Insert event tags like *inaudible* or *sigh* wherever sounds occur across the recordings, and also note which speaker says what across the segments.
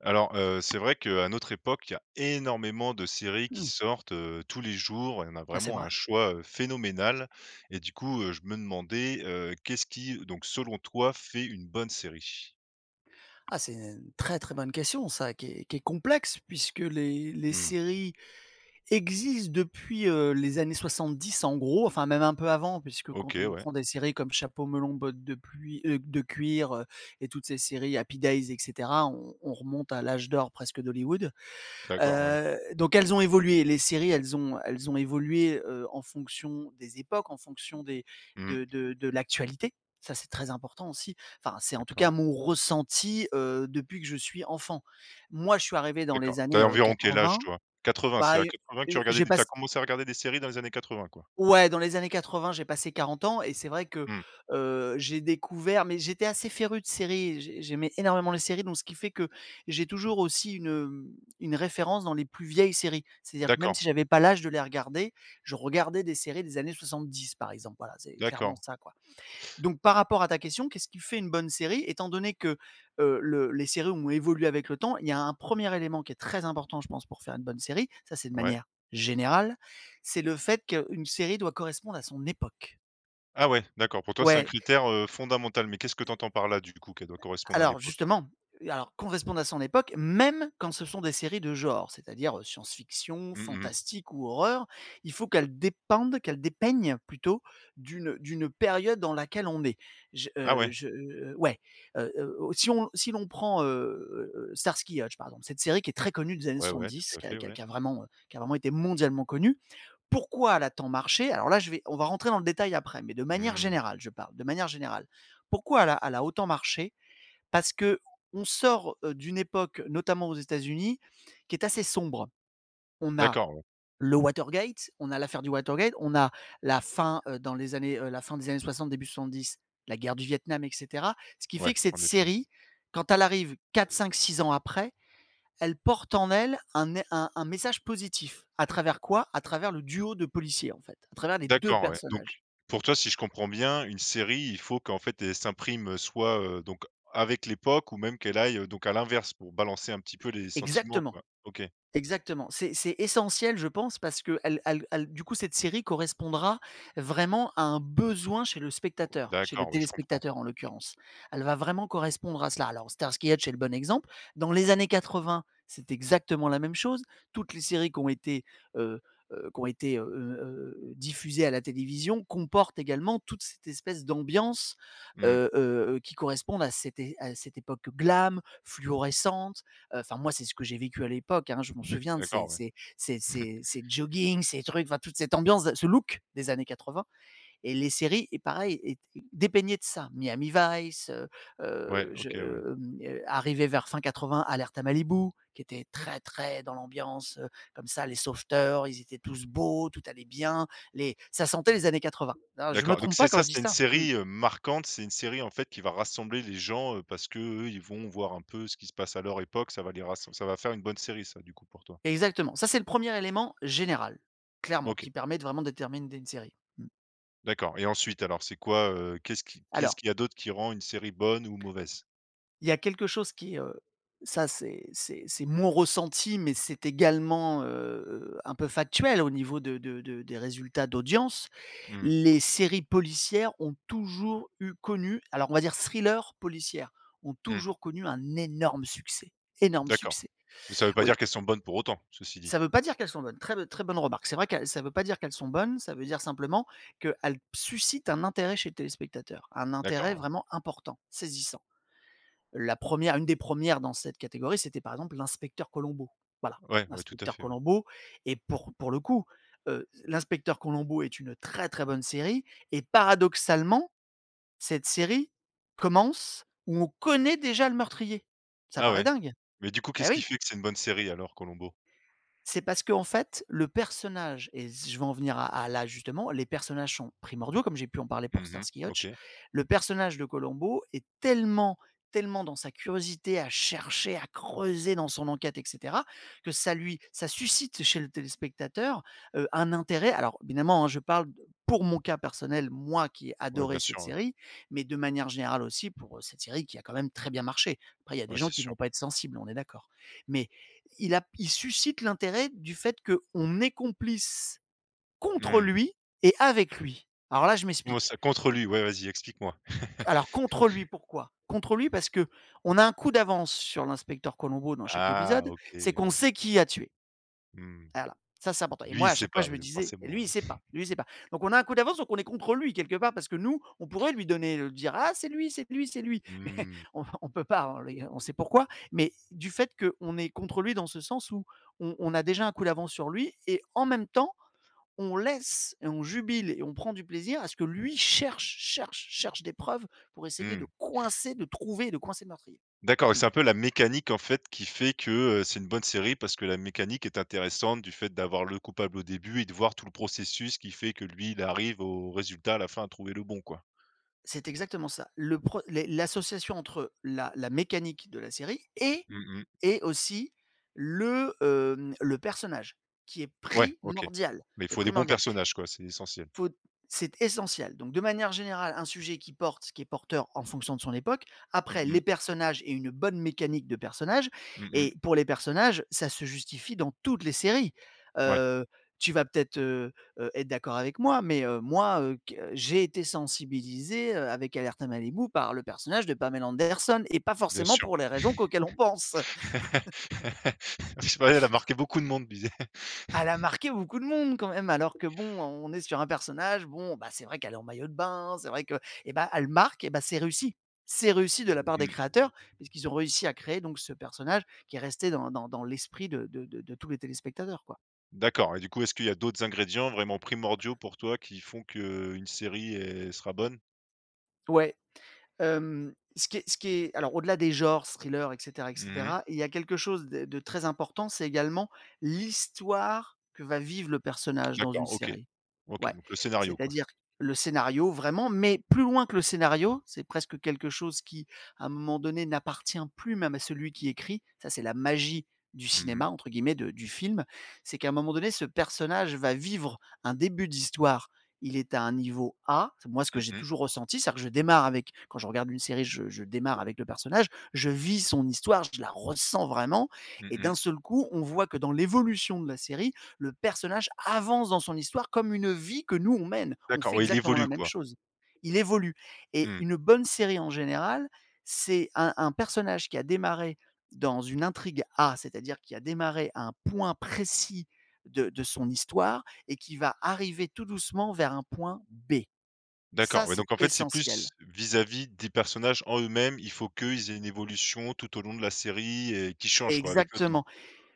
Speaker 1: Alors, c'est vrai qu'à notre époque, il y a énormément de séries qui
Speaker 2: Mmh.
Speaker 1: sortent, tous les jours et on a
Speaker 2: Ah, c'est
Speaker 1: vraiment un
Speaker 2: vrai.
Speaker 1: choix, phénoménal et du coup, je me demandais, qu'est-ce qui, donc selon toi, fait une bonne série?
Speaker 2: Ah, c'est une très, très bonne question ça, qui est complexe puisque les
Speaker 1: Mmh.
Speaker 2: séries existent depuis, les années 70 en gros, enfin même un peu avant puisque quand
Speaker 1: OK,
Speaker 2: on
Speaker 1: ouais.
Speaker 2: prend des séries comme Chapeau melon, bottes de pluie de cuir, et toutes ces séries Happy Days et cetera, on remonte à l'âge d'or presque d'Hollywood.
Speaker 1: D'accord, ouais.
Speaker 2: Donc elles ont évolué, les séries, elles ont évolué, en fonction des époques, en fonction des
Speaker 1: Mmh.
Speaker 2: de l'actualité. Ça, c'est très important aussi. Enfin, c'est en tout cas
Speaker 1: D'accord.
Speaker 2: mon ressenti, depuis que je suis enfant. Moi, je suis arrivé dans
Speaker 1: D'accord.
Speaker 2: les
Speaker 1: T'as
Speaker 2: années,
Speaker 1: environ quel âge
Speaker 2: 80.
Speaker 1: toi? 80, c'est
Speaker 2: Bah,
Speaker 1: à 80 que tu regardais
Speaker 2: j'ai
Speaker 1: des
Speaker 2: pas
Speaker 1: t'as as commencé à regarder des séries dans les années 80 quoi?
Speaker 2: ouais, dans les années 80, j'ai passé 40 ans et c'est vrai que,
Speaker 1: Mmh.
Speaker 2: j'ai découvert mais j'étais assez féru de séries, j'aimais énormément les séries, donc ce qui fait que j'ai toujours aussi une référence dans les plus vieilles séries. C'est-à-dire que même
Speaker 1: D'accord,
Speaker 2: si j'avais pas l'âge de les regarder, je regardais des séries des années 70, par exemple, voilà, c'est clairement
Speaker 1: d'accord.
Speaker 2: ça, quoi. Donc par rapport à ta question, qu'est-ce qui fait une bonne série? Étant donné que, le les séries ont évolué avec le temps, il y a un premier élément qui est très important, je pense, pour faire une bonne série, ça c'est de
Speaker 1: Ouais.
Speaker 2: manière générale, c'est le fait qu'une série doit correspondre à son époque.
Speaker 1: Ah ouais, d'accord. Pour toi, c'est un
Speaker 2: Ouais.
Speaker 1: critère, fondamental, mais qu'est-ce que tu entends par là, du coup, qu'elle doit correspondre à
Speaker 2: Alors
Speaker 1: l'époque?
Speaker 2: justement, alors qu'on responde à son époque, même quand ce sont des séries de genre, c'est-à-dire, science-fiction,
Speaker 1: Mmh mh.
Speaker 2: fantastique ou horreur, il faut qu'elles dépeignent plutôt d'une période dans laquelle on est.
Speaker 1: Ah ouais.
Speaker 2: Ouais, si l'on prend, Starsky et Hutch par exemple, cette série qui est très connue des années
Speaker 1: Ouais, ouais, tout
Speaker 2: 70,
Speaker 1: à fait, ouais.
Speaker 2: qui a vraiment été mondialement connue. Pourquoi elle a tant marché? Alors là, je vais on va rentrer dans le détail après, mais de manière
Speaker 1: Mmh.
Speaker 2: générale, je parle, de manière générale. Pourquoi elle a autant marché? Parce que on sort, d'une époque, notamment aux États-Unis, qui est assez sombre. On a
Speaker 1: D'accord, ouais.
Speaker 2: le Watergate, on a l'affaire du Watergate, on a la fin des années 60, début 70, la guerre du Vietnam et cetera. Ce qui
Speaker 1: Ouais,
Speaker 2: fait que cette
Speaker 1: en effet.
Speaker 2: série, quand elle arrive 4, 5, 6 ans après, elle porte en elle un message positif. À travers quoi? À travers le duo de policiers, en fait, à travers les 2
Speaker 1: D'accord, ouais. Donc
Speaker 2: personnages.
Speaker 1: pour toi, si je comprends bien, une série, il faut qu'en fait, elle s'imprime, soit, donc avec l'époque ou même qu'elle aille, donc à l'inverse pour balancer un petit peu les sentiments,
Speaker 2: Exactement.
Speaker 1: quoi. OK.
Speaker 2: Exactement. C'est essentiel, je pense, parce que elle du coup, cette série correspondra vraiment à un besoin chez le spectateur, chez le
Speaker 1: D'accord, ouais, je comprends.
Speaker 2: téléspectateur, en l'occurrence. Elle va vraiment correspondre à cela. Alors Starsky et Hutch est le bon exemple. Dans les années 80, c'est exactement la même chose. Toutes les séries qui ont été, heu diffusées à la télévision comportent également toute cette espèce d'ambiance,
Speaker 1: Mmh.
Speaker 2: qui correspond à cette é à cette époque glam, fluorescente. Enfin, moi, c'est ce que j'ai vécu à l'époque, hein. Je m'en souviens de ces
Speaker 1: D'accord, ouais.
Speaker 2: ces ces ces ces joggings, ces trucs, enfin toute cette ambiance, ce look des années 80 et les séries et pareil et dépeignaient de ça. Miami Vice,
Speaker 1: Ouais,
Speaker 2: heu, je
Speaker 1: OK, ouais.
Speaker 2: hem, arrivé vers fin 80, Alerte à Malibu, qui était très, très dans l'ambiance, comme ça, les sauveteurs, ils étaient tous beaux, tout allait bien, les ça sentait les années 80. Hein, je me
Speaker 1: D'accord, donc
Speaker 2: trompe
Speaker 1: c'est
Speaker 2: pas quand
Speaker 1: ça,
Speaker 2: je dis
Speaker 1: c'est une
Speaker 2: ça. Mmh.
Speaker 1: série, marquante, c'est une série, en fait, qui va rassembler les gens, parce qu'eux, ils vont voir un peu ce qui se passe à leur époque, ça va faire une bonne série ça, du coup, pour toi?
Speaker 2: Exactement. Ça, c'est le premier élément général, clairement,
Speaker 1: OK.
Speaker 2: qui permet de vraiment déterminer une série. Mmh.
Speaker 1: D'accord et ensuite alors c'est quoi, qu'est-ce
Speaker 2: Alors,
Speaker 1: qu'il y a d'autre qui rend une série bonne ou mauvaise?
Speaker 2: il y a quelque chose qui est, ça c'est mon ressenti, mais c'est également, un peu factuel au niveau de des résultats d'audience.
Speaker 1: Mmh,
Speaker 2: Les séries policières ont toujours eu connu, alors on va dire thrillers policières, ont
Speaker 1: mmh,
Speaker 2: toujours connu un énorme succès, énorme
Speaker 1: d'accord.
Speaker 2: succès.
Speaker 1: Mais ça ne veut pas dire
Speaker 2: Oui,
Speaker 1: qu'elles sont bonnes pour autant, ceci dit?
Speaker 2: ça ne veut pas dire qu'elles sont bonnes, très très bonne remarque. C'est vrai que ça ne veut pas dire qu'elles sont bonnes, ça veut dire simplement qu'elles suscitent un intérêt chez le téléspectateur, un intérêt
Speaker 1: D'accord, ouais.
Speaker 2: vraiment important, saisissant. La première une des premières dans cette catégorie, c'était par exemple l'inspecteur Colombo. Voilà,
Speaker 1: Ouais, ouais, tout à
Speaker 2: l'inspecteur
Speaker 1: fait, ouais.
Speaker 2: Colombo et pour le coup, l'inspecteur Colombo est une très, très bonne série et paradoxalement, cette série commence où on connaît déjà le meurtrier. Ça
Speaker 1: Ah
Speaker 2: paraît
Speaker 1: ouais,
Speaker 2: dingue.
Speaker 1: mais du coup,
Speaker 2: Eh
Speaker 1: qu'est-ce qui
Speaker 2: oui!
Speaker 1: fait que c'est une bonne série alors, Colombo?
Speaker 2: C'est parce qu'en fait, le personnage et je vais en venir à là justement, les personnages sont primordiaux comme j'ai pu en parler pour
Speaker 1: Mmh.
Speaker 2: Starsky et Hutch.
Speaker 1: OK.
Speaker 2: Le personnage de Colombo est tellement, tellement dans sa curiosité à chercher, à creuser dans son enquête et cetera, que ça suscite chez le téléspectateur, un intérêt. Alors évidemment, hein, je parle de pour mon cas personnel, moi qui ai
Speaker 1: Ouais, bien
Speaker 2: adoré cette
Speaker 1: sûr, ouais.
Speaker 2: série, mais de manière générale aussi pour, cette série qui a quand même très bien marché. Après il y a des
Speaker 1: Ouais,
Speaker 2: gens
Speaker 1: c'est
Speaker 2: qui
Speaker 1: sûr.
Speaker 2: vont pas être sensibles, on est d'accord. Mais il suscite l'intérêt du fait qu'on est complice contre
Speaker 1: Mmh.
Speaker 2: lui et avec lui. Alors là, je
Speaker 1: Comment
Speaker 2: m'explique.
Speaker 1: ça? Contre lui? Ouais, vas-y, explique-moi.
Speaker 2: Alors
Speaker 1: *laughs*
Speaker 2: contre lui, pourquoi contre lui? Parce que on a un coup d'avance sur l'inspecteur Colombo dans chaque
Speaker 1: Ah
Speaker 2: épisode,
Speaker 1: OK,
Speaker 2: c'est qu'on
Speaker 1: ouais.
Speaker 2: sait qui a tué.
Speaker 1: Mmh.
Speaker 2: Voilà, ça c'est important et
Speaker 1: Lui, il
Speaker 2: moi à
Speaker 1: sait
Speaker 2: chaque fois
Speaker 1: pas,
Speaker 2: je
Speaker 1: ouais,
Speaker 2: me disais: et
Speaker 1: forcément,
Speaker 2: «Lui il sait
Speaker 1: *laughs*
Speaker 2: pas,
Speaker 1: ouais.
Speaker 2: lui il sait pas». Donc on a un coup d'avance, donc on est contre lui quelque part parce que nous, on pourrait lui donner, le dire: «Ah c'est lui, c'est lui, c'est lui». *laughs* Mais
Speaker 1: Mmh.
Speaker 2: on peut pas, on sait pourquoi, mais du fait qu'on est contre lui dans ce sens où on a déjà un coup d'avance sur lui et en même temps, on laisse et on jubile et on prend du plaisir à ce que lui cherche, cherche, cherche des preuves pour essayer
Speaker 1: Mmh.
Speaker 2: de coincer, de trouver, de coincer le meurtrier.
Speaker 1: D'accord, et
Speaker 2: Mmh.
Speaker 1: c'est un peu la mécanique en fait qui fait que, c'est une bonne série parce que la mécanique est intéressante du fait d'avoir le coupable au début et de voir tout le processus qui fait que lui, il arrive au résultat à la fin à trouver le bon quoi.
Speaker 2: C'est exactement ça. Le pre les l'association entre la mécanique de la série et
Speaker 1: Mmh mh.
Speaker 2: et aussi le personnage qui est
Speaker 1: Ouais, OK.
Speaker 2: primordial,
Speaker 1: Mais il
Speaker 2: le
Speaker 1: faut des bons
Speaker 2: primordial.
Speaker 1: personnages quoi, c'est essentiel.
Speaker 2: Faut C'est essentiel. Donc de manière générale, un sujet qui porte, qui est porteur en fonction de son époque.
Speaker 1: Mmh
Speaker 2: Après
Speaker 1: mh.
Speaker 2: les personnages et une bonne mécanique de personnages
Speaker 1: Mmh mh.
Speaker 2: et pour les personnages, ça se justifie dans toutes les séries.
Speaker 1: Ouais,
Speaker 2: Heu, tu vas peut-être, être d'accord avec moi, mais moi, q j'ai été sensibilisé, avec Alerte Malibu par le personnage de Pamela Anderson et pas
Speaker 1: bien
Speaker 2: forcément
Speaker 1: sûr.
Speaker 2: pour les raisons qu'auxquelles on pense.
Speaker 1: *laughs* Je sais pas, elle a marqué beaucoup de monde dis.
Speaker 2: Elle a marqué beaucoup de monde quand même, alors que bon, on est sur un personnage, bon, bah, c'est vrai qu'elle est en maillot de bain, c'est vrai que et bah, elle marque et bah, c'est réussi. C'est réussi de la part des
Speaker 1: Mmh.
Speaker 2: créateurs puisqu'ils ont réussi à créer donc ce personnage qui est resté dans l'esprit de tous les téléspectateurs, quoi.
Speaker 1: D'accord et du coup, est-ce qu'il y a d'autres ingrédients vraiment primordiaux pour toi qui font que une série, elle sera bonne?
Speaker 2: Ouais, ce qui est alors au-delà des genres, thrillers et
Speaker 1: Mmh.
Speaker 2: cetera, il y a quelque chose de très important, c'est également l'histoire que va vivre le personnage dans une
Speaker 1: D'accord, OK.
Speaker 2: série.
Speaker 1: OK,
Speaker 2: Ouais,
Speaker 1: donc le scénario quoi.
Speaker 2: c'est-à-dire le scénario vraiment, mais plus loin que le scénario, c'est presque quelque chose qui, à un moment donné, n'appartient plus même à celui qui écrit. Ça, c'est la «magie du
Speaker 1: Mmh.
Speaker 2: cinéma» entre guillemets, de du film. C'est qu'à un moment donné, ce personnage va vivre un début d'histoire. Il est à un niveau A, c'est moi ce que
Speaker 1: Mmh
Speaker 2: j'ai
Speaker 1: mh.
Speaker 2: toujours ressenti, c'est-à-dire que je démarre avec quand je regarde une série, je démarre avec le personnage, je vis son histoire, je la ressens vraiment
Speaker 1: Mmh
Speaker 2: et
Speaker 1: mh.
Speaker 2: d'un seul coup, on voit que dans l'évolution de la série, le personnage avance dans son histoire comme une vie que nous, on mène. On
Speaker 1: D'accord,
Speaker 2: fait
Speaker 1: ouais, il
Speaker 2: exactement
Speaker 1: évolue
Speaker 2: la même
Speaker 1: quoi?
Speaker 2: chose. Il évolue. Et
Speaker 1: Mmh.
Speaker 2: une bonne série, en général, c'est un personnage qui a démarré dans une intrigue A, c'est-à-dire qui a démarré à un point précis de son histoire et qui va arriver tout doucement vers un point B.
Speaker 1: D'accord,
Speaker 2: Ça,
Speaker 1: ouais,
Speaker 2: c'est
Speaker 1: donc en fait, c'est plus
Speaker 2: essentiel.
Speaker 1: vis-à-vis des personnages en eux-mêmes, il faut qu'ils aient une évolution tout au long de la série et qui change quoi avec le temps.
Speaker 2: Exactement.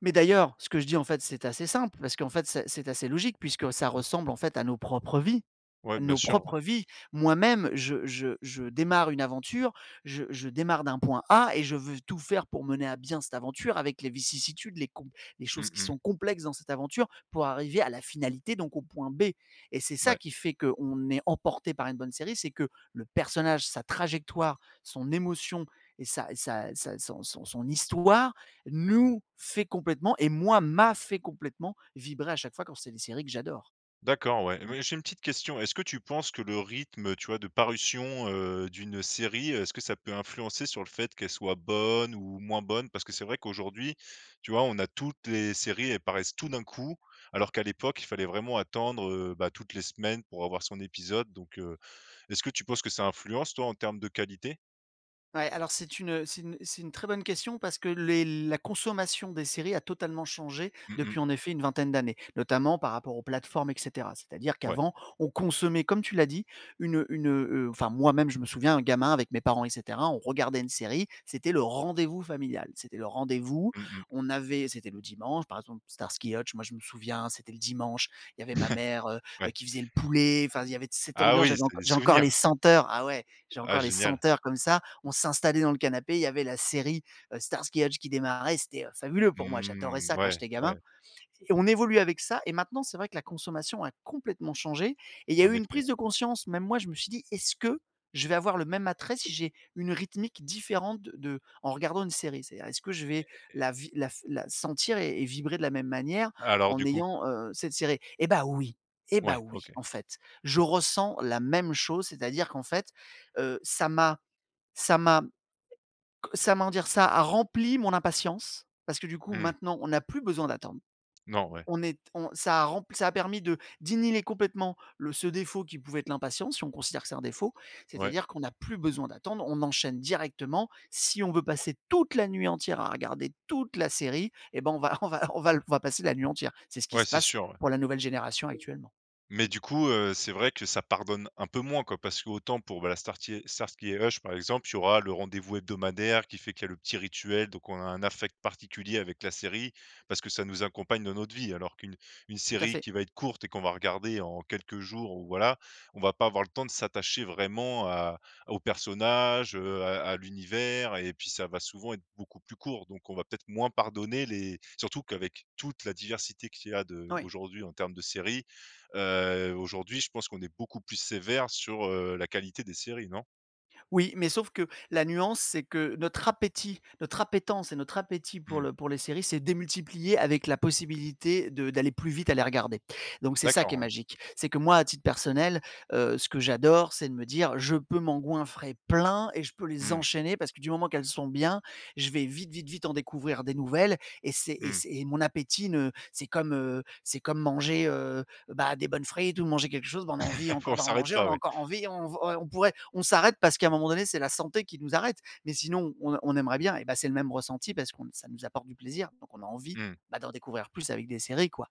Speaker 2: Mais d'ailleurs, ce que je dis, en fait, c'est assez simple parce qu'en fait, c'est assez logique puisque ça ressemble, en fait, à nos propres vies.
Speaker 1: Ouais, bien
Speaker 2: Nos
Speaker 1: sûr, ouais.
Speaker 2: propres vies. Moi-même, je démarre une aventure, je démarre d'un point A et je veux tout faire pour mener à bien cette aventure avec les vicissitudes, les
Speaker 1: Mmh
Speaker 2: choses qui
Speaker 1: mh.
Speaker 2: sont complexes dans cette aventure pour arriver à la finalité, donc au point B, et c'est ça
Speaker 1: Ouais.
Speaker 2: qui fait qu'on est emporté par une bonne série, c'est que le personnage, sa trajectoire, son émotion et sa sa sa son son son histoire nous fait complètement, et moi, m'a fait complètement vibrer à chaque fois quand c'est des séries que j'adore.
Speaker 1: D'accord, ouais.
Speaker 2: Mmh.
Speaker 1: Mais j'ai une petite question. Est-ce que tu penses que le rythme, tu vois, de parution, d'une série, est-ce que ça peut influencer sur le fait qu'elle soit bonne ou moins bonne? Parce que c'est vrai qu'aujourd'hui, tu vois, on a toutes les séries, elles paraissent tout d'un coup, alors qu'à l'époque, il fallait vraiment attendre, bah, toutes les semaines pour avoir son épisode. Donc, est-ce que tu penses que ça influence, toi, en termes de qualité?
Speaker 2: Ouais, alors c'est une, c'est une très bonne question parce que les la consommation des séries a totalement changé
Speaker 1: Mmh
Speaker 2: depuis
Speaker 1: mh.
Speaker 2: en effet une vingtaine d'années, notamment par rapport aux plateformes et cetera. C'est-à-dire
Speaker 1: Ouais.
Speaker 2: qu'avant, on consommait, comme tu l'as dit, une, enfin moi-même je me souviens, un gamin avec mes parents et cetera, on regardait une série, c'était le rendez-vous familial. C'était le rendez-vous,
Speaker 1: Mmh mh.
Speaker 2: on avait c'était le dimanche, par exemple Starsky et Hutch, moi je me souviens, c'était le dimanche, il y avait ma
Speaker 1: *laughs*
Speaker 2: mère,
Speaker 1: Ouais.
Speaker 2: qui faisait le poulet, enfin il y avait cette
Speaker 1: Ah
Speaker 2: ambiance,
Speaker 1: oui, c'est des
Speaker 2: j'ai encore
Speaker 1: souvenirs.
Speaker 2: les senteurs, ah ouais, j'ai
Speaker 1: Ah
Speaker 2: encore les
Speaker 1: génial.
Speaker 2: senteurs comme ça. On s'installait dans le canapé, il y avait la série Starsky et Hutch qui démarrait, c'était fabuleux pour moi, j'adorais
Speaker 1: Mmh,
Speaker 2: ça quand
Speaker 1: ouais,
Speaker 2: j'étais gamin.
Speaker 1: ouais,
Speaker 2: Et on évolue avec ça, et maintenant c'est vrai que la consommation a complètement changé, et il y a
Speaker 1: en
Speaker 2: eu une
Speaker 1: effet, ouais.
Speaker 2: prise de conscience, même moi je me suis dit, est-ce que je vais avoir le même attrait si j'ai une rythmique différente en regardant une série. C'est-à-dire, est-ce que je vais la, la sentir et vibrer de la même manière
Speaker 1: Alors du
Speaker 2: en
Speaker 1: coup?
Speaker 2: ayant cette série. Eh bah oui. Eh bah
Speaker 1: Ouais,
Speaker 2: oui,
Speaker 1: OK.
Speaker 2: en fait, je ressens la même chose, c'est-à-dire qu'en fait, euh, ça m'a, ça m'a, ça, comment dire? Ça a rempli mon impatience parce que du coup
Speaker 1: Mmh.
Speaker 2: maintenant on n'a plus besoin d'attendre.
Speaker 1: Non, ouais.
Speaker 2: On est on ça a rempli, ça a permis de d'inhiber complètement le ce défaut qui pouvait être l'impatience, si on considère que c'est un défaut.
Speaker 1: Ouais.
Speaker 2: C'est-à-dire qu'on n'a plus besoin d'attendre, on enchaîne directement. Si on veut passer toute la nuit entière à regarder toute la série eh ben, on va *laughs* on va passer la nuit entière. C'est ce qui
Speaker 1: Ouais,
Speaker 2: se
Speaker 1: c'est
Speaker 2: passe
Speaker 1: sûr, ouais.
Speaker 2: pour la nouvelle génération actuellement.
Speaker 1: Mais
Speaker 2: Mmh.
Speaker 1: du coup, c'est vrai que ça pardonne un peu moins, quoi, parce que autant pour, bah, la Starkey Starsky et Hutch, par exemple, il y aura le rendez-vous hebdomadaire qui fait qu'il y a le petit rituel, donc on a un affect particulier avec la série parce que ça nous accompagne dans notre vie. Alors qu'une une
Speaker 2: Tout à
Speaker 1: série
Speaker 2: fait.
Speaker 1: qui va être courte et qu'on va regarder en quelques jours ou voilà, on va pas avoir le temps de s'attacher vraiment à aux personnages, à l'univers et puis ça va souvent être beaucoup plus court, donc on va peut-être moins pardonner les surtout qu'avec toute la diversité qu'il y a de
Speaker 2: Oui.
Speaker 1: aujourd'hui en termes de séries. Aujourd'hui, je pense qu'on est beaucoup plus sévère sur, la qualité des séries, non?
Speaker 2: Oui, mais sauf que la nuance, c'est que notre appétit, notre appétence et notre appétit pour
Speaker 1: Mmh.
Speaker 2: le pour les séries s'est démultiplié avec la possibilité de d'aller plus vite à les regarder. Donc c'est ça qui est
Speaker 1: D'accord, ouais.
Speaker 2: magique. C'est que moi, à titre personnel, ce que j'adore, c'est de me dire: «Je peux m'engouinfrer plein et je peux les
Speaker 1: Mmh,
Speaker 2: enchaîner parce que du moment qu'elles sont bien, je vais vite, vite, vite en découvrir des nouvelles», et c'est et
Speaker 1: mmh.
Speaker 2: c'est et mon appétit ne c'est comme, c'est comme manger, bah, des bonnes frites ou de manger quelque chose, bah, on a envie
Speaker 1: *laughs* On
Speaker 2: encore d'en
Speaker 1: s'arrête
Speaker 2: manger, on
Speaker 1: là,
Speaker 2: a
Speaker 1: ouais.
Speaker 2: encore envie, on pourrait, on s'arrête parce qu'à un moment donné, c'est la santé qui nous arrête. Mais sinon, on aimerait bien, et bah, c'est le même ressenti parce que ça nous apporte du plaisir, donc on a envie,
Speaker 1: Mmh.
Speaker 2: bah, d'en découvrir plus avec des séries, quoi.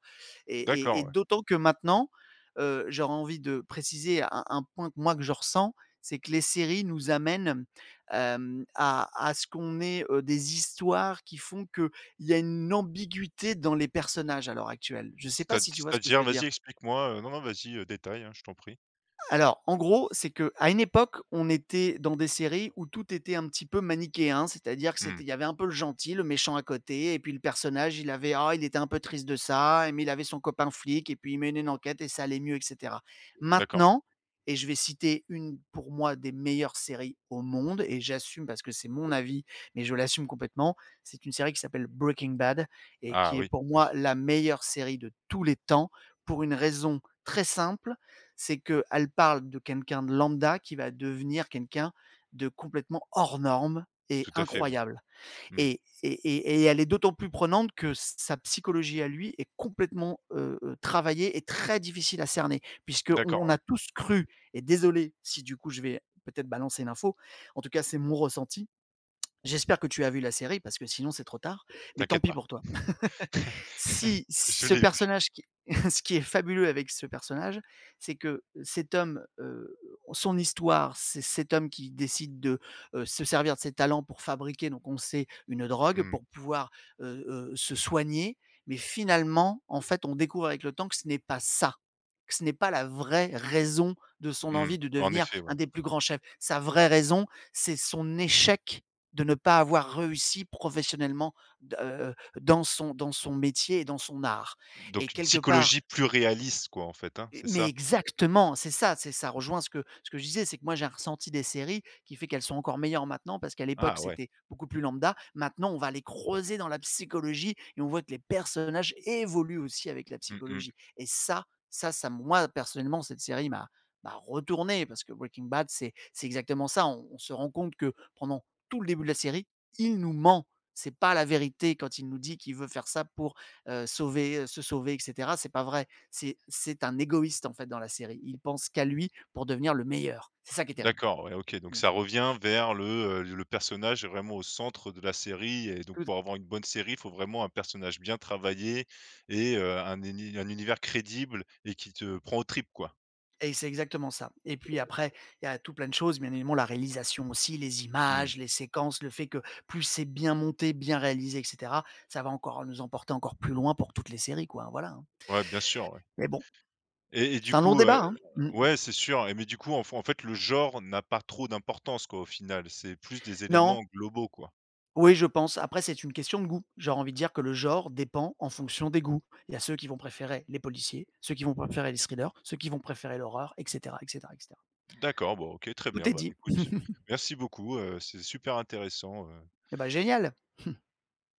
Speaker 2: Et,
Speaker 1: D'accord,
Speaker 2: et
Speaker 1: ouais.
Speaker 2: d'autant que maintenant, j'aurais envie de préciser un point que moi que je ressens, c'est que les séries nous amènent à ce qu'on ait des histoires qui font que il y a une ambiguïté dans les personnages à l'heure actuelle. Je ne sais pas si tu vois ce que je
Speaker 1: C'est-à-dire?
Speaker 2: veux
Speaker 1: Vas-y,
Speaker 2: dire.
Speaker 1: explique-moi, non, non, vas-y, détaille, hein, je t'en prie.
Speaker 2: Alors, en gros, c'est que à une époque, on était dans des séries où tout était un petit peu manichéen, c'est-à-dire que
Speaker 1: Mmh,
Speaker 2: c'était il y avait un peu le gentil, le méchant à côté, et puis le personnage, il avait ah, il était un peu triste de ça, et mais il avait son copain flic, et puis il menait une enquête et ça allait mieux, et cetera.
Speaker 1: d'accord.
Speaker 2: Maintenant, et je vais citer une pour moi des meilleures séries au monde, et j'assume parce que c'est mon avis, mais je l'assume complètement, c'est une série qui s'appelle Breaking Bad, et
Speaker 1: Ah
Speaker 2: qui est
Speaker 1: oui,
Speaker 2: pour moi
Speaker 1: oui,
Speaker 2: la meilleure série de tous les temps, pour une raison très simple, c'est qu'elle parle de quelqu'un de lambda qui va devenir quelqu'un de complètement hors norme et
Speaker 1: tout à fait, ouais.
Speaker 2: incroyable.
Speaker 1: Mmh.
Speaker 2: Et elle est d'autant plus prenante que sa psychologie à lui est complètement travaillée et très difficile à cerner, puisqu'on,
Speaker 1: D'accord,
Speaker 2: on
Speaker 1: ouais,
Speaker 2: a tous cru, et désolé si du coup je vais peut-être balancer l'info, en tout cas c'est mon ressenti. J'espère que tu as vu la série parce que sinon c'est trop tard. Mais tant
Speaker 1: t'inquiète
Speaker 2: pis
Speaker 1: pas.
Speaker 2: pour toi.
Speaker 1: *laughs*
Speaker 2: Si
Speaker 1: Je
Speaker 2: ce
Speaker 1: l'ai vu.
Speaker 2: personnage qui *laughs* ce qui est fabuleux avec ce personnage, c'est que cet homme, son histoire, c'est cet homme qui décide de, se servir de ses talents pour fabriquer, donc on sait, une drogue
Speaker 1: Mmh,
Speaker 2: pour pouvoir, se soigner. Mais finalement, en fait, on découvre avec le temps que ce n'est pas ça, que ce n'est pas la vraie raison de son
Speaker 1: mmh.
Speaker 2: envie de
Speaker 1: En
Speaker 2: devenir
Speaker 1: effet, ouais.
Speaker 2: un des plus grands chefs. Sa vraie raison, c'est son échec de ne pas avoir réussi professionnellement d dans son métier et dans son art et
Speaker 1: Donc une
Speaker 2: quelque part,
Speaker 1: psychologie plus réaliste quoi, en fait, hein,
Speaker 2: et
Speaker 1: c'est
Speaker 2: mais
Speaker 1: ça?
Speaker 2: exactement, c'est ça rejoint ce que je disais, c'est que moi j'ai un ressenti des séries qui fait qu'elles sont encore meilleures maintenant parce qu'à l'époque
Speaker 1: Ah ouais.
Speaker 2: c'était beaucoup plus lambda. Maintenant on va les creuser dans la psychologie et on voit que les personnages évoluent aussi avec la
Speaker 1: Mmh mmh.
Speaker 2: psychologie, et ça moi personnellement cette série m'a retourné parce que Breaking Bad c'est exactement ça. On se rend compte que pendant tout le début de la série, il nous ment. C'est pas la vérité quand il nous dit qu'il veut faire ça pour, sauver, se sauver et cetera, c'est pas vrai, c'est un égoïste, en fait, dans la série. Il pense qu'à lui pour devenir le meilleur. C'est ça qui est terrible.
Speaker 1: D'accord, ouais, OK, donc
Speaker 2: Mmh.
Speaker 1: ça revient vers le personnage est vraiment au centre de la série et donc
Speaker 2: Tout
Speaker 1: pour avoir une bonne série, il faut vraiment un personnage bien travaillé et un univers crédible et qui te prend aux tripes, quoi.
Speaker 2: et c'est exactement ça. Et puis après, il y a tout plein de choses, bien évidemment, la réalisation aussi, les
Speaker 1: Mmh.
Speaker 2: images, les séquences, le fait que plus c'est bien monté, bien réalisé, etc., ça va encore nous emporter encore plus loin pour toutes les séries, quoi, hein, voilà, hein.
Speaker 1: Ouais, bien sûr, ouais
Speaker 2: Mais bon,
Speaker 1: et du
Speaker 2: c'est un long
Speaker 1: coup,
Speaker 2: débat, hein. Mmh.
Speaker 1: ouais, c'est sûr et mais du coup, en fait, le genre n'a pas trop d'importance, quoi, au final, c'est plus des éléments
Speaker 2: Non,
Speaker 1: globaux, quoi.
Speaker 2: oui, je pense. Après, c'est une question de goût. J'aurais envie de dire que le genre dépend en fonction des goûts. Il y a ceux qui vont préférer les policiers, ceux qui vont préférer les thrillers, ceux qui vont préférer l'horreur, et cetera, et cetera, et cetera.
Speaker 1: D'accord, bon, OK, très
Speaker 2: Tout
Speaker 1: bien,
Speaker 2: est
Speaker 1: bah,
Speaker 2: dit.
Speaker 1: écoute,
Speaker 2: *laughs*
Speaker 1: merci beaucoup, c'est super intéressant.
Speaker 2: Eh ben, génial!